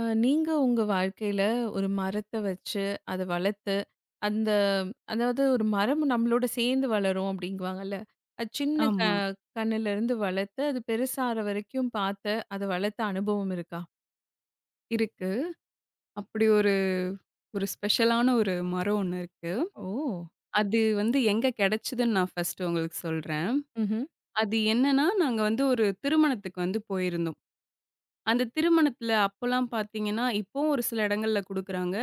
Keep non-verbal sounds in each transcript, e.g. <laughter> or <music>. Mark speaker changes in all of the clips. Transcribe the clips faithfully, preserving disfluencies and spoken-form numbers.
Speaker 1: அ நீங்க உங்க வாழ்க்கையில ஒரு மரத்த வச்சு, அத வளர்த்து, அந்த அதாவது ஒரு மரம் நம்மளோட சேர்ந்து வளரும் அப்படிங்குவாங்கல்ல. அது சின்ன க
Speaker 2: ஆமா.
Speaker 1: கன்னுலருந்து வளர்த்து, அது பெருசாற வரைக்கும் பார்த்து, அத வளர்த்த அனுபவம் இருக்கா?
Speaker 2: இருக்கு. அப்படி ஒரு ஒரு ஸ்பெஷலான ஒரு மரம் ஒண்ணு இருக்கு.
Speaker 1: ஓ!
Speaker 2: அது வந்து எங்க கெடைச்சதுன்னு நான் ஃபர்ஸ்ட்டு உங்களுக்கு சொல்றேன்.
Speaker 1: ம்ஹ்ம்.
Speaker 2: அது என்னன்னா, நாங்க வந்து ஒரு திருமணத்துக்கு வந்து போயிருந்தோம். அந்த திருமணத்துல அப்போலாம் பார்த்தீங்கன்னா, இப்பவும் ஒரு சில இடங்கள்ல குடுக்குறாங்க.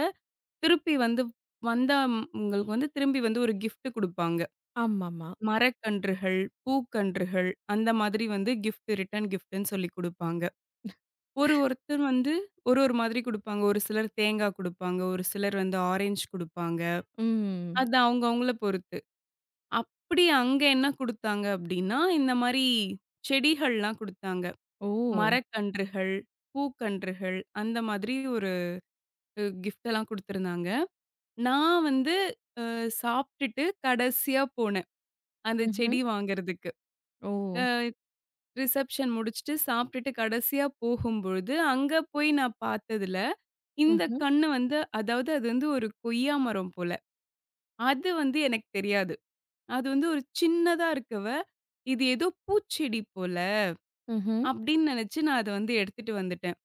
Speaker 2: திருப்பி வந்து வந்தா ம், உங்களுக்கு வந்து திரும்பி வந்து ஒரு கிஃப்ட் குடுப்பாங்க.
Speaker 1: ஆமாமா.
Speaker 2: மரக்கன்றுகள், பூக்கன்றுகள் அந்த மாதிரி வந்து கிஃப்ட் ரிட்டர்ன் கிஃப்ட்ன்னு சொல்லி குடுப்பாங்க. ஒரு ஒருத்தர் வந்து ஒரு ஒரு மாதிரி குடுப்பாங்க. ஒரு சிலர் தேங்காய் குடுப்பாங்க. ஒரு சிலர் வந்து ஆரஞ்சு குடுப்பாங்க.
Speaker 1: ம்.
Speaker 2: அது அவங்க அவங்கள பொறுத்து. அப்படி அங்க என்ன குடுத்தாங்க அப்படின்னா, இந்த மாரி செடிகள்லாம் குடுத்தாங்க.
Speaker 1: ஓ!
Speaker 2: மரக்கன்றுகள், பூக்கன்றுகள் அந்த மாதிரி ஒரு கிஃப்ட் எல்லாம் குடுத்திருந்தாங்க. நான் வந்து அஹ், சாப்பிட்டுட்டு கடைசியா போனேன். அந்த
Speaker 1: ம்ஹ்ம்.
Speaker 2: செடி வாங்குறதுக்கு.
Speaker 1: ஓ!
Speaker 2: அ ரிசப்ஷன் முடிச்சுட்டு சாப்பிட்டுட்டு கடைசியா போகும்பொழுது, அங்க போய் நான் பார்த்ததுல, இந்த
Speaker 1: ம்ஹ்ம்.
Speaker 2: கண்ணு வந்து அதாவது அது வந்து ஒரு கொய்யா மரம் போல. அது வந்து எனக்கு தெரியாது. அது வந்து ஒரு சின்னதா இருக்கவ, இது ஏதோ பூச்செடி போல
Speaker 1: ம்ஹ்ம்.
Speaker 2: அப்படின்னு நினைச்சு நான் அத வந்து எடுத்துட்டு வந்துட்டேன்.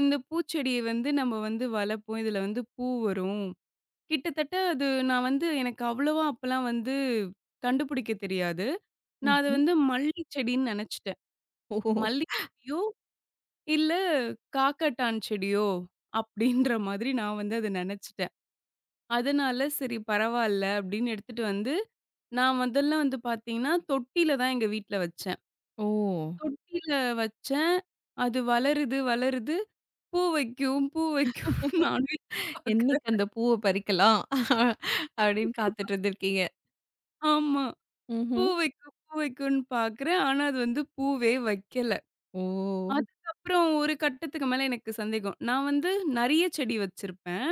Speaker 2: இந்த பூச்செடிய வந்து நம்ம வந்து வளர்ப்போம். இதுல வந்து பூ வரும். கிட்டத்தட்ட அது நான் வந்து எனக்கு அவ்வளவா அப்பலாம் வந்து கண்டுபிடிக்க தெரியாது. நான் அத
Speaker 1: ம்ஹ்ம்.
Speaker 2: வந்து மல்லி செடின்னு நினைச்சுட்டேன்.
Speaker 1: ஓ!
Speaker 2: மல்லி செடியோ, இல்ல காக்கட்டான் செடியோ அப்படின்ற மாதிரி நான் வந்து அத நினைச்சுட்டேன். அதனால சரி பரவால்ல அப்படின்னு எடுத்துட்டு வந்து, நான் முதல்ல வந்து பார்த்தீங்கன்னா, தொட்டில தான் எங்க வீட்ல வச்சேன்.
Speaker 1: ஓ!
Speaker 2: தொட்டியில வச்சேன். அது வளருது, வளருது. பூ வைக்கும், பூ வைக்கும். நானும்
Speaker 1: என்னைக்கு
Speaker 2: எதிர்பார்க்கிறேன்.
Speaker 1: அந்த பூவ பறிக்கலாம்? அப்படின்னு காத்துட்டு இருந்திருக்கீங்க.
Speaker 2: ஆமா. பூ
Speaker 1: ம்ஹ்ம்.
Speaker 2: வைக்கும், பூ வைக்கும்ன்னு பார்க்குறேன். ஆனா அது வந்து பூவே வைக்கல.
Speaker 1: ஓ!
Speaker 2: அதுக்கப்புறம் ஒரு கட்டத்துக்கு மேல எனக்கு சந்தேகம். நான் வந்து நெறைய செடி வச்சிருப்பேன்.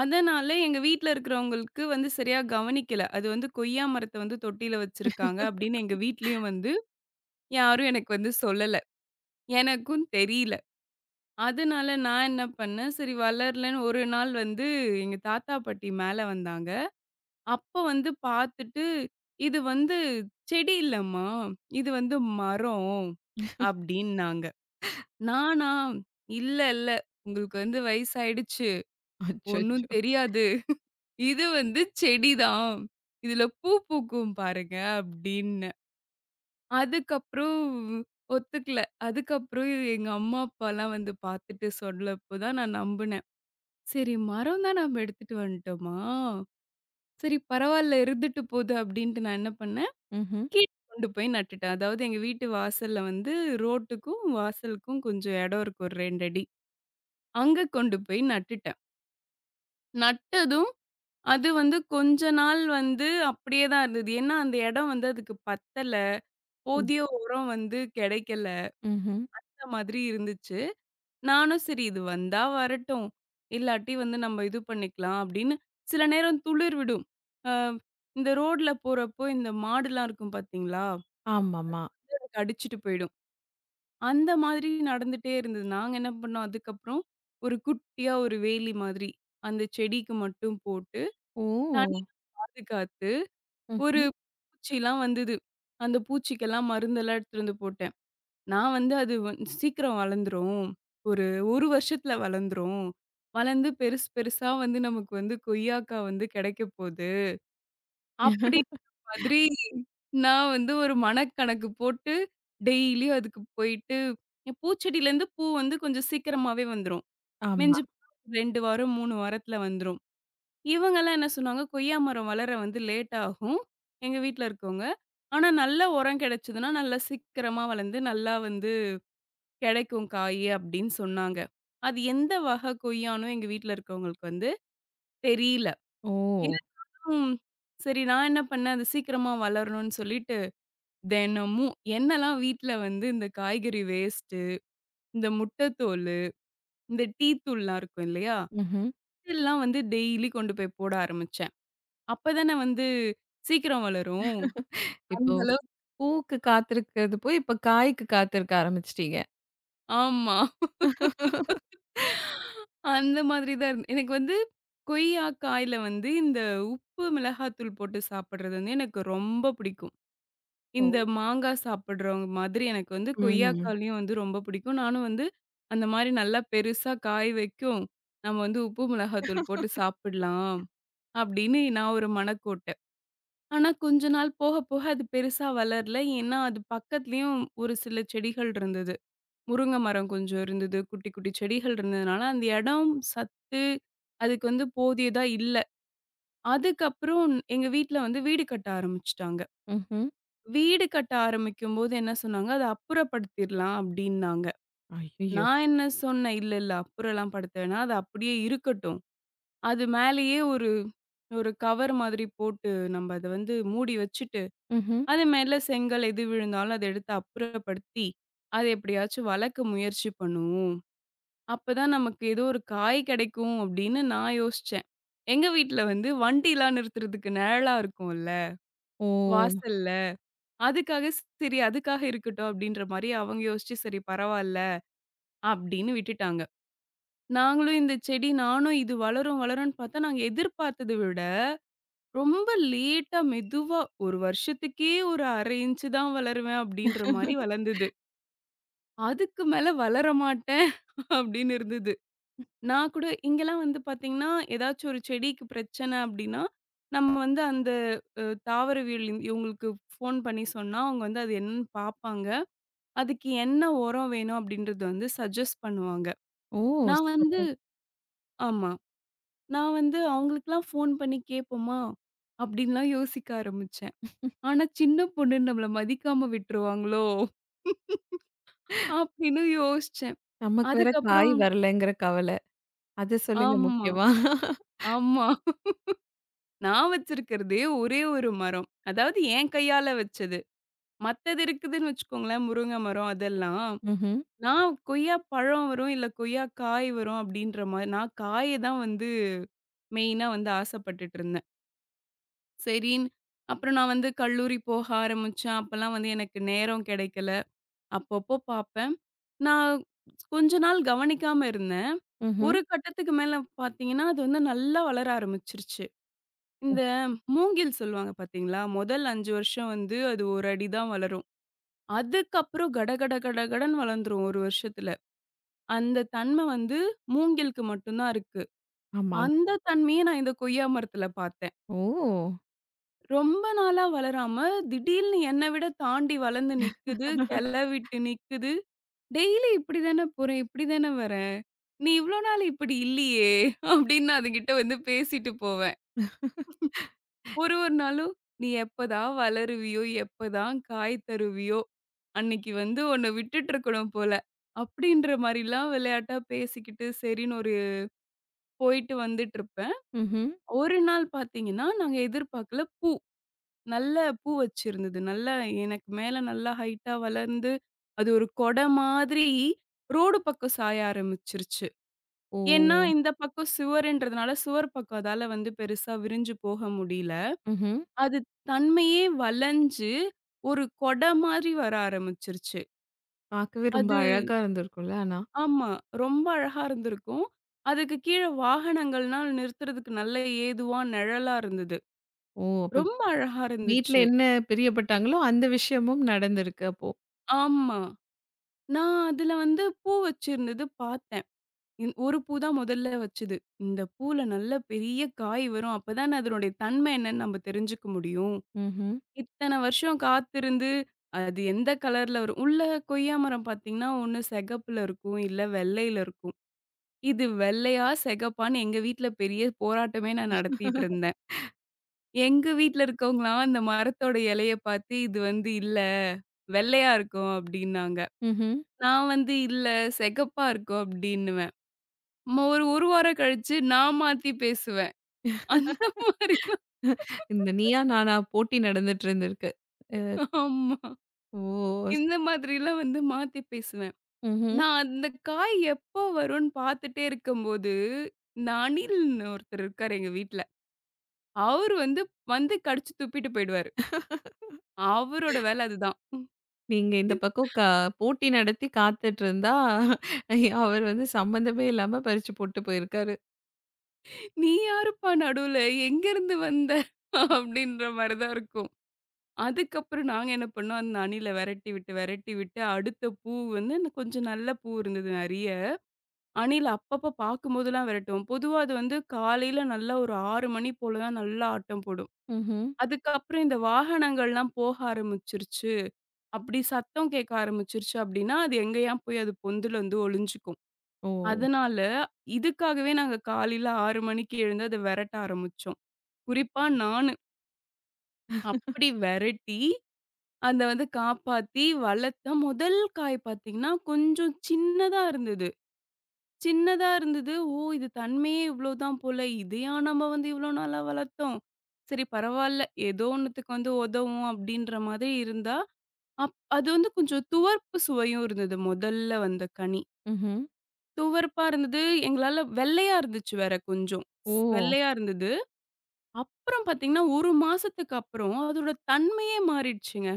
Speaker 2: அதனால எங்க வீட்ல இருக்கிறவங்களுக்கு வந்து சரியா கவனிக்கல. அது வந்து கொய்யா மரத்த வந்து தொட்டியில வச்சிருக்காங்க அப்படின்னு எங்க வீட்லயும் வந்து யாரும் எனக்கு வந்து சொல்லல. எனக்கும் தெரியல. அதனால நான் என்ன பண்ணேன், சரி வளரலன்னு ஒரு நாள் வந்து எங்க தாத்தா, பாட்டி மேல வந்தாங்க. அப்போ வந்து பார்த்துட்டு, "இது வந்து செடி இல்லம்மா, இது வந்து மரம்" அப்படின்னாங்க. நானா, "இல்ல, இல்ல உங்களுக்கு வந்து வயசாயிடுச்சு, ஒண்ணும்
Speaker 1: அச்சச்சோ!
Speaker 2: தெரியாது. இது வந்து செடிதான். இதுல பூ பூக்கும் பாருங்க" அப்படின்னேன். அதுக்கப்புறம் ஒத்துக்கல. அதுக்கப்புறம் எங்க அம்மா, அப்பாலாம் வந்து பார்த்துட்டு சொல்லப்போ தான் நான் நம்புனேன். சரி, மரம் தான் நம்ம எடுத்துட்டு வந்துட்டோமா? சரி பரவால்ல இருந்துட்டு போது அப்டின்ட்டு நான் என்ன பண்ணேன்,
Speaker 1: ம்ஹ்ம்.
Speaker 2: கீழ கொண்டு போய் நட்டுட்டேன். அதாவது எங்க வீட்டு வாசல்ல வந்து ரோட்டுக்கும், வாசலுக்கும் கொஞ்சம் இடம் இருக்கும் ஒரு ரெண்டு அடி. அங்க கொண்டு போய் நட்டுட்டேன். நட்டதும் அது வந்து கொஞ்ச நாள் வந்து அப்டியே தான் இருந்தது. ஏன்னா அந்த இடம் வந்து அதுக்கு பத்தல.
Speaker 1: ம்.
Speaker 2: போதிய உரம் வந்து கிடைக்கல.
Speaker 1: ம்ஹ்ம்.
Speaker 2: அந்த மாதிரி இருந்துச்சு. நானும் சரி இது வந்தா வரட்டும். இல்லாட்டி வந்து நம்ம இது பண்ணிக்கலாம் அப்படின்னு, சில நேரம் துளிர் விடும். அ இந்த ரோட்ல போறப்போ இந்த மாடுலாம் இருக்கும் பார்த்தீங்களா?
Speaker 1: ஆமாமா.
Speaker 2: கடிச்சிட்டு போயிடும். அந்த மாதிரி நடந்துட்டே இருந்தது. நாங்க என்ன பண்ணோம், அதுக்கப்புறம் ஒரு குட்டியா ஒரு வேலி மாதிரி அந்த செடிக்கு மட்டும் போட்டு
Speaker 1: ஓ!
Speaker 2: தனியா பாதுகாத்து, ஒரு
Speaker 1: ம்ஹ்ம்.
Speaker 2: பூச்சிலாம் வந்தது. அந்த பூச்சிக்கெல்லாம் மருந்தெல்லாம் எடுத்துட்டு வந்து போட்டேன். நான் வந்து அது வந் சீக்கிரம் வளர்ந்துரும். ஒரு 1 வருஷத்துல வளர்ந்துரும். வளர்ந்து பெருசு பெருசா வந்து நமக்கு வந்து கொய்யாக்கா வந்து கிடைக்கப்போது. அப்படி மாதிரி நான் வந்து ஒரு மனக்கணக்கு போட்டு டெய்லியும் அதுக்கு போயிட்டு என் பூச்செடியிலேருந்து பூ வந்து கொஞ்சம் சீக்கிரமாவே வந்துரும்.
Speaker 1: ஆமா.
Speaker 2: மிஞ்சி போனா ரெண்டு வாரம், மூணு வாரத்துல வந்துரும். இவங்கலாம் என்ன சொன்னாங்க, கொய்யா மரம் வளர வந்து லேட் ஆகும். எங்க வீட்ல இருக்கவங்க. ஆனா நல்ல உரம் கிடைச்சதுன்னா, நல்லா சீக்கிரமா வளர்ந்து நல்லா வந்து கெடைக்கும் காயி அப்படின்னு சொன்னாங்க. அது எந்த வகை கொய்யான்னும் எங்க வீட்ல இருக்கவங்களுக்கு வந்து தெரியல.
Speaker 1: ஓ!
Speaker 2: இருந்தாலும் சரி நான் என்ன பண்ணேன், அது சீக்கிரமா வளரணும்னு சொல்லிட்டு, தினமும் என்னலாம் வீட்ல வந்து இந்த காய்கறி வேஸ்ட்டு, இந்த முட்டைத்தோலு, இந்த டீ தூள்லாம் இருக்கும் இல்லையா?
Speaker 1: ம்ஹ்ம்.
Speaker 2: இதெல்லாம் வந்து டெய்லி கொண்டு போய் போட ஆரம்பிச்சேன். அப்பதானே வந்து சீக்கிரம் வளரும்.
Speaker 1: இப்போ
Speaker 2: அந்த அளவு
Speaker 1: பூக்கு காத்திருக்கிறது போய், இப்ப காய்க்கு காத்திருக்க ஆரம்பிச்சுட்டீங்க.
Speaker 2: ஆமா. அந்த மாதிரி தான் இருந்து எனக்கு வந்து கொய்யா காயில வந்து இந்த உப்பு மிளகாத்தூள் போட்டு சாப்பிடுறது வந்து எனக்கு ரொம்ப பிடிக்கும்.
Speaker 1: ஓ!
Speaker 2: இந்த மாங்கா சாப்பிடுறவங்க மாதிரி எனக்கு வந்து
Speaker 1: ம்.
Speaker 2: கொய்யாக்காயும் வந்து ரொம்ப பிடிக்கும். நானும் வந்து அந்த மாரி நல்லா பெருசா காய் வைக்கும். நம்ம வந்து உப்பு மிளகாத்தூள் போட்டு சாப்பிடலாம் அப்படின்னு நான் ஒரு மனக்கோட்டை. ஆனா கொஞ்ச நாள் போக போக அது பெருசா வளரல. ஏன்னா அது பக்கத்துலயும் ஒரு சில செடிகள் இருந்தது. முருங்கை மரம் கொஞ்சம் இருந்தது. குட்டி குட்டி செடிகள் இருந்ததுனால அந்த இடம் சத்து அதுக்கு வந்து போதியதா இல்ல. அதுக்கப்புறம் எங்க வீட்ல வந்து வீடு கட்ட ஆரம்பிச்சுட்டாங்க.
Speaker 1: ம்ஹ்ம்.
Speaker 2: வீடு கட்ட ஆரம்பிக்கும்போது என்ன சொன்னாங்க, "அத அப்புறப்படுத்திரலாம்" அப்டின்னாங்க.
Speaker 1: ஐயய்யோ!
Speaker 2: நான் என்ன சொன்னேன், "இல்ல, இல்ல அப்புறம்லாம் படுத்த வேணாம். அது அப்படியே இருக்கட்டும். அது மேலேயே ஒரு ஒரு கவர் மாதிரி போட்டு நம்ப அத வந்து மூடி வச்சுட்டு,
Speaker 1: ம்ஹ்ம்.
Speaker 2: அது மேல செங்கல் எது விழுந்தாலும் அத எடுத்து அப்புறப்படுத்தி, அத எப்படியாச்சும் வளர்க்க முயற்சி பண்ணுவோம். அப்பதான் நமக்கு ஏதோ ஒரு காய் கெடைக்கும்" அப்படின்னு நான் யோசிச்சேன். எங்க வீட்ல வந்து வண்டிலாம் நிறுத்துறதுக்கு நிழலா இருக்கும்ல,
Speaker 1: ஓ!
Speaker 2: வாசல்ல. அதுக்காக சரி அதுக்காக இருக்கட்டும் அப்படின்ற மாரி அவங்க யோசிச்சு, சரி பரவால்ல அப்படின்னு விட்டுட்டாங்க. நாங்களும் இந்த செடி நானும் இது வளரும் வளரும்ன்னு பார்த்தா, நாங்க எதிர்பார்த்தத விட ரொம்ப லேட்டா மெதுவா ஒரு வருஷத்துக்கே ஒரு அரை இன்ச்சு தான் வளருவேன் அப்படின்ற மாரி வளர்ந்தது. அதுக்கு மேல வளர மாட்டேன் <laughs> அப்படின்னு இருந்தது. நான் கூட இங்கலாம் வந்து பார்த்தீங்கன்னா, ஏதாச்சும் ஒரு செடிக்கு பிரச்சனை அப்படின்னா, நம்ம வந்து அந்த அ தாவரவியல் இவங்களுக்கு ஃபோன் பண்ணி சொன்னா அவங்க வந்து அது என்னன்னு பார்ப்பாங்க. அதுக்கு என்ன உரம் வேணும் அப்படின்றது வந்து சஜெஸ்ட் பண்ணுவாங்க.
Speaker 1: ஓ!
Speaker 2: நான் வந்து
Speaker 1: சிறப்பு.
Speaker 2: ஆமா. நான் வந்து அவங்களுக்கெல்லாம் ஃபோன் பண்ணி கேட்போமா? அப்படின்லாம் யோசிக்க ஆரம்பிச்சேன். ஆனா சின்ன பொண்ணு நம்மள மதிக்காம விட்டுருவாங்களோ? அப்படின்னு யோசிச்சேன்.
Speaker 1: நமக்கு வேற காய்
Speaker 2: அதுக்கப்புறம்
Speaker 1: வரலங்கிற கவல. அது சொல்லுங்க
Speaker 2: ஆமா,
Speaker 1: முக்கியமா?
Speaker 2: ஆமா. நான் வச்சிருக்கிறதே ஒரே ஒரு மரம். அதாவது என் கையால வச்சது. மத்தது இருக்குதுன்னு வச்சுக்கோங்களேன், முருங்க மரம் அதெல்லாம்.
Speaker 1: ம்ஹ்ம்.
Speaker 2: நான் கொய்யா பழம் வரும், இல்ல கொய்யா காய் வரும் அப்படின்ற மாரி நான் காய தான் வந்து மெயினா வந்து ஆசைப்பட்டுட்டு இருந்தேன். சரின்னு அப்புறம் நான் வந்து கல்லூரி போக ஆரம்பிச்சேன். அப்பலாம் வந்து எனக்கு நேரம் கிடைக்கல. அப்பப்போ பார்ப்பேன். நான் கொஞ்ச நாள் கவனிக்காம இருந்தேன்.
Speaker 1: ம்ஹ்ம்.
Speaker 2: ஒரு கட்டத்துக்கு மேல பார்த்தீங்கன்னா, அது வந்து நல்லா வளர ஆரம்பிச்சுருச்சு.
Speaker 1: ஓ!
Speaker 2: இந்த மூங்கில் சொல்லுவாங்க பார்த்தீங்களா? முதல் அஞ்சு வருஷம் வந்து அது ஒரு அடி தான் வளரும். அதுக்கப்புறம் கடகட கடகடன்னு வளர்ந்துரும் ஒரு வருஷத்துல. அந்த தன்மை வந்து மூங்கிலுக்கு மட்டும் தான் இருக்கு.
Speaker 1: ஆமா.
Speaker 2: அந்த தன்மைய நான் இந்த கொய்யா மரத்துல பார்த்தேன்.
Speaker 1: ஓ!
Speaker 2: ரொம்ப நாளா வளராம, திடீல்னு என்ன விட தாண்டி வளர்ந்து நிக்குது, கெள விட்டு நிக்குது. டெய்லி இப்படி தானே போறேன், இப்படி தானே வரேன். நீ இவ்ளோ நாள் இப்படி இல்லையே! அப்படின்னு நான் அதுகிட்ட வந்து பேசிட்டு போவேன். ஒரு ஒரு நாளும், "நீ எப்பதான் வளருவியோ, எப்பதான் காய் தருவியோ, அன்னைக்கு வந்து உன்ன விட்டுட்டு இருக்கணும் போல" அப்படின்ற மாரிலாம் விளையாட்டா பேசிக்கிட்டு சரின்னு ஒரு போயிட்டு வந்துட்டுருப்பேன்.
Speaker 1: ம்ஹ்ம்.
Speaker 2: ஒரு நாள் பாத்தீங்கன்னா, நாங்க எதிர்பார்க்கல பூ நல்ல பூ வச்சிருந்தது. நல்லா எனக்கு மேல நல்லா ஹைட்டா வளர்ந்து, அது ஒரு கொடை மாதிரி ரோடு பக்கம் சாய ஆரம்பிச்சுருச்சு. ஏன்னா,
Speaker 1: ஓ!
Speaker 2: இந்த பக்கம் சுவருன்றதுனால, சுவர் பக்கம் அதால வந்து பெருசா விரிஞ்சு போக முடியல.
Speaker 1: ம்ஹ்ம்.
Speaker 2: அது தன்மையே வளைஞ்சு, ஒரு கொடை மாரி வர ஆரம்பிச்சுருச்சு.
Speaker 1: பார்க்கவே ரொம்ப
Speaker 2: அது
Speaker 1: அழகா இருந்திருக்கும்ல ஆனா.
Speaker 2: ஆமா. ரொம்ப அழகா இருந்திருக்கும். அதுக்கு கீழ வாகனங்கள்னா நிறுத்துறதுக்கு நல்ல ஏதுவா நிழலா இருந்தது.
Speaker 1: ஓ! அப்ப
Speaker 2: ரொம்ப அழகா
Speaker 1: வீட்ல
Speaker 2: இருந்துச்சு.
Speaker 1: என்ன பிரியப்பட்டாங்களோ அந்த விஷயமும் நடந்திருக்கு அப்போ.
Speaker 2: ஆமா. நான் அதுல வந்து பூ வச்சிருந்தது பார்த்தேன். இந் ஒரு பூ தான் முதல்ல வச்சது. இந்த பூல நல்ல பெரிய காய் வரும். அப்பதான் அதனுடைய தன்மை என்னன்னு நம்ம தெரிஞ்சுக்க முடியும்.
Speaker 1: ம்ஹ்ம்.
Speaker 2: இத்தன வருஷம் காத்திருந்து, அது எந்த கலர்ல வரும் உள்ள கொய்யா மரம் பார்த்தீங்கன்னா, ஒண்ணு சிகப்புல இருக்கும், இல்ல வெள்ளையில இருக்கும். இது வெள்ளையா, சிகப்பான்னு எங்க வீட்ல பெரிய போராட்டமே நான் நடத்திட்டு இருந்தேன். எங்க வீட்ல இருக்கவங்கலாம் அந்த மரத்தோட இலைய பார்த்து, இது வந்து இல்ல, வெள்ளையா இருக்கும் அப்டின்னாங்க.
Speaker 1: ம்ஹ்ம்.
Speaker 2: நான் வந்து இல்ல சிகப்பா இருக்கும் அப்டின்னுவேன். ம ஒரு 1 வாரம் கழிச்சு நான் மாத்தி பேசுவேன். அந்த
Speaker 1: <laughs>
Speaker 2: மாரிலாம்
Speaker 1: இந்த நீயா நானா போட்டி நடந்துட்டு இருந்திருக்கு. அ
Speaker 2: ஆமா.
Speaker 1: ஓ! ஸ்
Speaker 2: இந்த மாதிரிலாம் வந்து மாத்தி பேசுவேன்.
Speaker 1: ம்ஹ்ம்.
Speaker 2: நான் அந்த காய் எப்போ வரும்ன்னு பார்த்துட்டே இருக்கும்போது, இந்த அணில்ன்னு ஒருத்தர் இருக்காரு எங்க வீட்ல. அவரு வந்து வந்து கடிச்சு துப்பிட்டு போயிடுவாரு.
Speaker 1: <laughs>
Speaker 2: அவரோட வேல அதுதான்.
Speaker 1: நீங்க இந்த பக்கம் கா போட்டி நடத்தி காத்துட்டு இருந்தா, அவர் வந்து சம்மந்தமே இல்லாம பறிச்சு போட்டு போயிருக்காரு.
Speaker 2: "நீ யாருப்பா நடுவுல? எங்கேருந்து வந்த?" அப்டின்ற மாரி தான் இருக்கும். அதுக்கப்புறம் நாங்க என்ன பண்ணோம், அந்த அணில வெரட்டி விட்டு, வெரட்டி விட்டு அடுத்த பூ வந்து ந- கொஞ்சம் நல்ல பூ இருந்தது நெறைய. அணில அப்பப்ப பார்க்கும்போதெல்லாம் வெரட்டுவோம். பொதுவா அது வந்து காலையில நல்லா ஒரு ஆறு மணி போல தான் நல்லா ஆட்டம் போடும்.
Speaker 1: ம்ஹ்ம்.
Speaker 2: அதுக்கப்புறம் இந்த வாகனங்கள்லாம் போக ஆரம்பிச்சுருச்சு, அப்படி சத்தம் கேட்க ஆரம்பிச்சுருச்சு அப்படின்னா, அது எங்கேயா போய் அது பொந்துல வந்து ஒளிஞ்சுக்கும்.
Speaker 1: ஓ!
Speaker 2: அதனால இதுக்காகவே நாங்க காலையில ஆறு மணிக்கு எழுந்து அத வெரட்ட ஆரம்பிச்சோம். குறிப்பா நானு. அப்படி வெரட்டி அத வந்து காப்பாத்தி வளர்த்த முதல் காய் பார்த்தீங்கன்னா, கொஞ்சம் சின்னதா இருந்தது. சின்னதா இருந்தது. ஓ! இது தன்மையே இவ்வளோதான் போல. இதையா நம்ம வந்து இவ்வளோ நாளா வளர்த்தோம். சரி பரவால்ல. ஏதோ ஒண்ணுத்துக்கு வந்து உதவும் அப்படின்ற மாதிரி இருந்தா, அப் அது வந்து கொஞ்சம் துவர்ப்பு சுவையும் இருந்தது. முதல்ல வந்த கனி.
Speaker 1: ம்ஹ்ம்.
Speaker 2: துவர்ப்பா இருந்தது. எங்களால வெள்ளையா இருந்துச்சு வேற கொஞ்சம்.
Speaker 1: ஓ!
Speaker 2: ஸ் வெள்ளையா இருந்தது. அப்புறம் பார்த்தீங்கன்னா, ஒரு மாசத்துக்கு அப்புறம் அதோட தன்மையே மாறிடுச்சுங்க.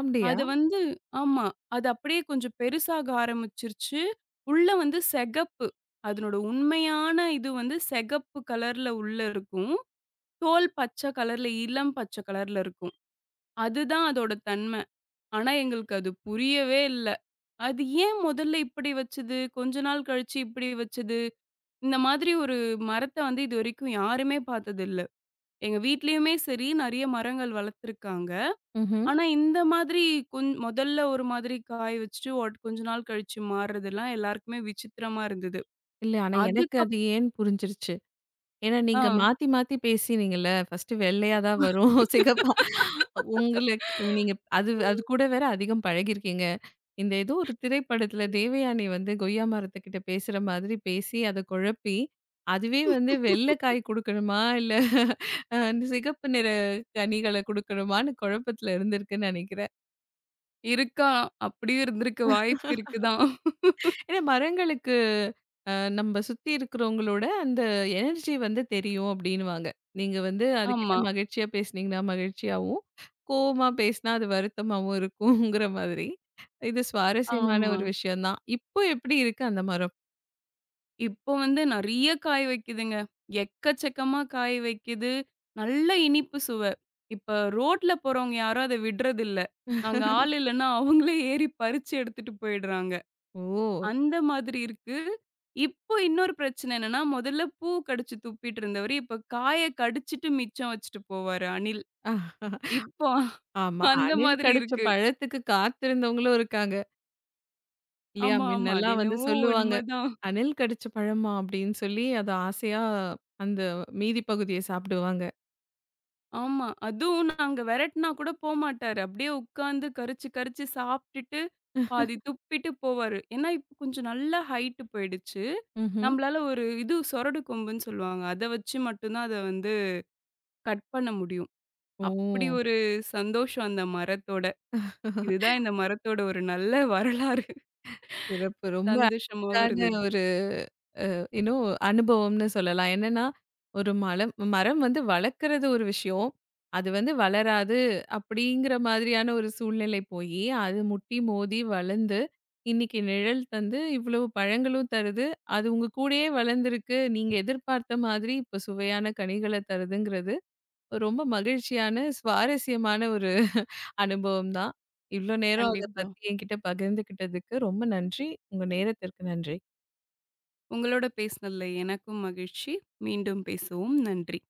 Speaker 1: அப்டியா?
Speaker 2: அது வந்து ஆமா. அது அப்படியே கொஞ்சம் பெருசாக ஆரம்பிச்சுருச்சு. உள்ள வந்து செகப்பு. அதனோட உண்மையான இது வந்து செகப்பு கலர்ல உள்ள இருக்கும். தோல் பச்ச கலர்ல, இளம் பச்ச கலர்ல இருக்கும். அதுதான் அதோட தன்மை. ஆனா, எங்களுக்கு அது புரியவே இல்ல. அது ஏன் முதல்ல இப்படி வச்சது? கொஞ்ச நாள் கழிச்சு இப்படி வச்சது? இந்த மாதிரி ஒரு மரத்த வந்து இதுவரைக்கும் யாருமே பார்த்ததில்ல. எங்க வீட்லயுமே சரி, நெறைய மரங்கள் வளர்த்துருக்காங்க.
Speaker 1: ம்ஹ்ம்.
Speaker 2: ஆனா, இந்த மாதிரி கொஞ் முதல்ல ஒரு மாதிரி காய வச்சுட்டு ஒட் கொஞ்ச நாள் கழிச்சு மாறுறதெல்லாம் எல்லாருக்குமே விசித்திரமா இருந்தது.
Speaker 1: இல்ல ஆனா எனக்கு
Speaker 2: அதுக்கப்
Speaker 1: அது ஏன் புரிஞ்சிருச்சு. ஏன்னா, நீங்க
Speaker 2: ஆ.
Speaker 1: மாத்தி, மாத்தி பேசினீங்கல்ல. ஃபர்ஸ்ட்டு வெள்ளையா தான் வரும். <laughs> சிகப்பா உங்களுக்கு நீங்க அது அது கூட வேற அதிகம் பழகியிருக்கீங்க. இந்த ஏதோ ஒரு திரைப்படத்துல தேவயானி வந்து கொய்யா மரத்துக்கிட்ட பேசுற மாதிரி பேசி, அத குழப்பி, அதுவே வந்து வெள்ள காய் குடுக்கணுமா? இல்ல அ சிகப்பு நிற கனிகள குடுக்கணுமான்னு குழப்பத்துல இருந்திருக்குன்னு நெனைக்கிறேன்.
Speaker 2: இருக்கலாம். அப்படியும் இருந்திருக்க வாய்ப்பு இருக்கு தான்.
Speaker 1: ஏன்னா மரங்களுக்கு அ நம்ம சுத்தி இருக்கிறவங்களோட அந்த எனர்ஜி வந்து தெரியும் அப்படின்னுவாங்க. நீங்க வந்து அதுகிட்ட
Speaker 2: ஆமா,
Speaker 1: மகிழ்ச்சியா பேசுனீங்கன்னா மகிழ்ச்சியாவும், கோவமா பேசினா அது வருத்தமாவும் இருக்குங்கிற மாதிரி. இது சுவாரஸ்யமான
Speaker 2: ஆமா.
Speaker 1: ஒரு விஷயம் தான். இப்போ எப்படி இருக்கு அந்த மரம்?
Speaker 2: இப்போ வந்து நெறைய காய வைக்குதுங்க. எக்கச்சக்கமா காய வைக்குது. நல்ல இனிப்பு சுவை. இப்ப ரோட்ல போறவங்க யாரும் அத விடுறதில்ல. நாங்க ஆள் இல்லன்னா, அவங்களே ஏறி பறிச்சு எடுத்துட்டு போயிடுறாங்க.
Speaker 1: ஓ!
Speaker 2: அந்த மாதிரி இருக்கு. இப்போ இன்னொரு பிரச்சனை என்னன்னா, முதல்ல பூ கடிச்சு துப்பிட்டு இருந்தவரு, இப்ப காய கடிச்சுட்டு மிச்சம் வச்சுட்டு போவாரு அணில்.
Speaker 1: அஹ்,
Speaker 2: இப்போ
Speaker 1: ஆமா.
Speaker 2: அந்த
Speaker 1: அணில்
Speaker 2: மாதிரி
Speaker 1: கடிச்ச
Speaker 2: இருக்கு.
Speaker 1: பழத்துக்கு காத்திருந்தவங்களும் இருக்காங்க. இல்லையா?
Speaker 2: ஆமா, ஆமா. அது
Speaker 1: முன்னெல்லாம் வந்து
Speaker 2: என்னவோ
Speaker 1: சொல்லுவாங்க.
Speaker 2: உண்மதான்.
Speaker 1: அணில் கடிச்ச பழமா? அப்படின்னு சொல்லி அத ஆசையா அந்த மீதி பகுதிய சாப்பிடுவாங்க.
Speaker 2: ஆமா. அதுவும் நாங்க வெரட்னா கூட போமாட்டாரு. அப்படியே உட்காந்து கரிச்சு கரிச்சு சாப்ட்டுட்டு, பாதி துப்பிட்டு போவாரு. ஏன்னா, இப்ப கொஞ்சம் நல்லா ஹைட் போயிடுச்சு.
Speaker 1: ம்ஹ்ம்.
Speaker 2: நம்மளால ஒரு இது சொரடு கொம்புன்னு சொல்லுவாங்க. அத வச்சு மட்டும் தான் அத வந்து கட் பண்ண முடியும். அப்படி
Speaker 1: ஓ!
Speaker 2: ஒரு சந்தோஷம் அந்த மரத்தோட. இதுதான் இந்த மரத்தோட ஒரு நல்ல வரலாறு.
Speaker 1: சிறப்பு. ரொம்ப
Speaker 2: சந்தோஷமாவும்
Speaker 1: அழகான
Speaker 2: இருந்துச்சு.
Speaker 1: ஒரு இன்னும் அனுபவம்னு சொல்லலாம். என்னன்னா, ஒரு மலம் மரம் வந்து வளர்க்கறது ஒரு விஷயம். அது வந்து வளராது அப்படிங்கிற மாதிரியான ஒரு சூழ்நிலை போயி, அது முட்டி மோதி வளர்ந்து, இன்னைக்கு நிழல் தந்து, இவ்வளவு பழங்களும் தருது. அது உங்க கூடயே வளர்ந்துருக்கு. நீங்க எதிர்பார்த்த மாதிரி இப்ப சுவையான கனிகள தருதுங்கிறது, ரொம்ப மகிழ்ச்சியான, சுவாரஸ்யமான ஒரு அனுபவம் தான். இவ்ளோ நேரம் அத
Speaker 2: கண்டிப்பா.
Speaker 1: பத்தி என்கிட்ட பகிர்ந்துக்கிட்டதுக்கு ரொம்ப நன்றி. உங்க நேரத்திற்கு நன்றி.
Speaker 2: உங்களோட பேசினதுல எனக்கும் மகிழ்ச்சி. மீண்டும் பேசுவோம். நன்றி.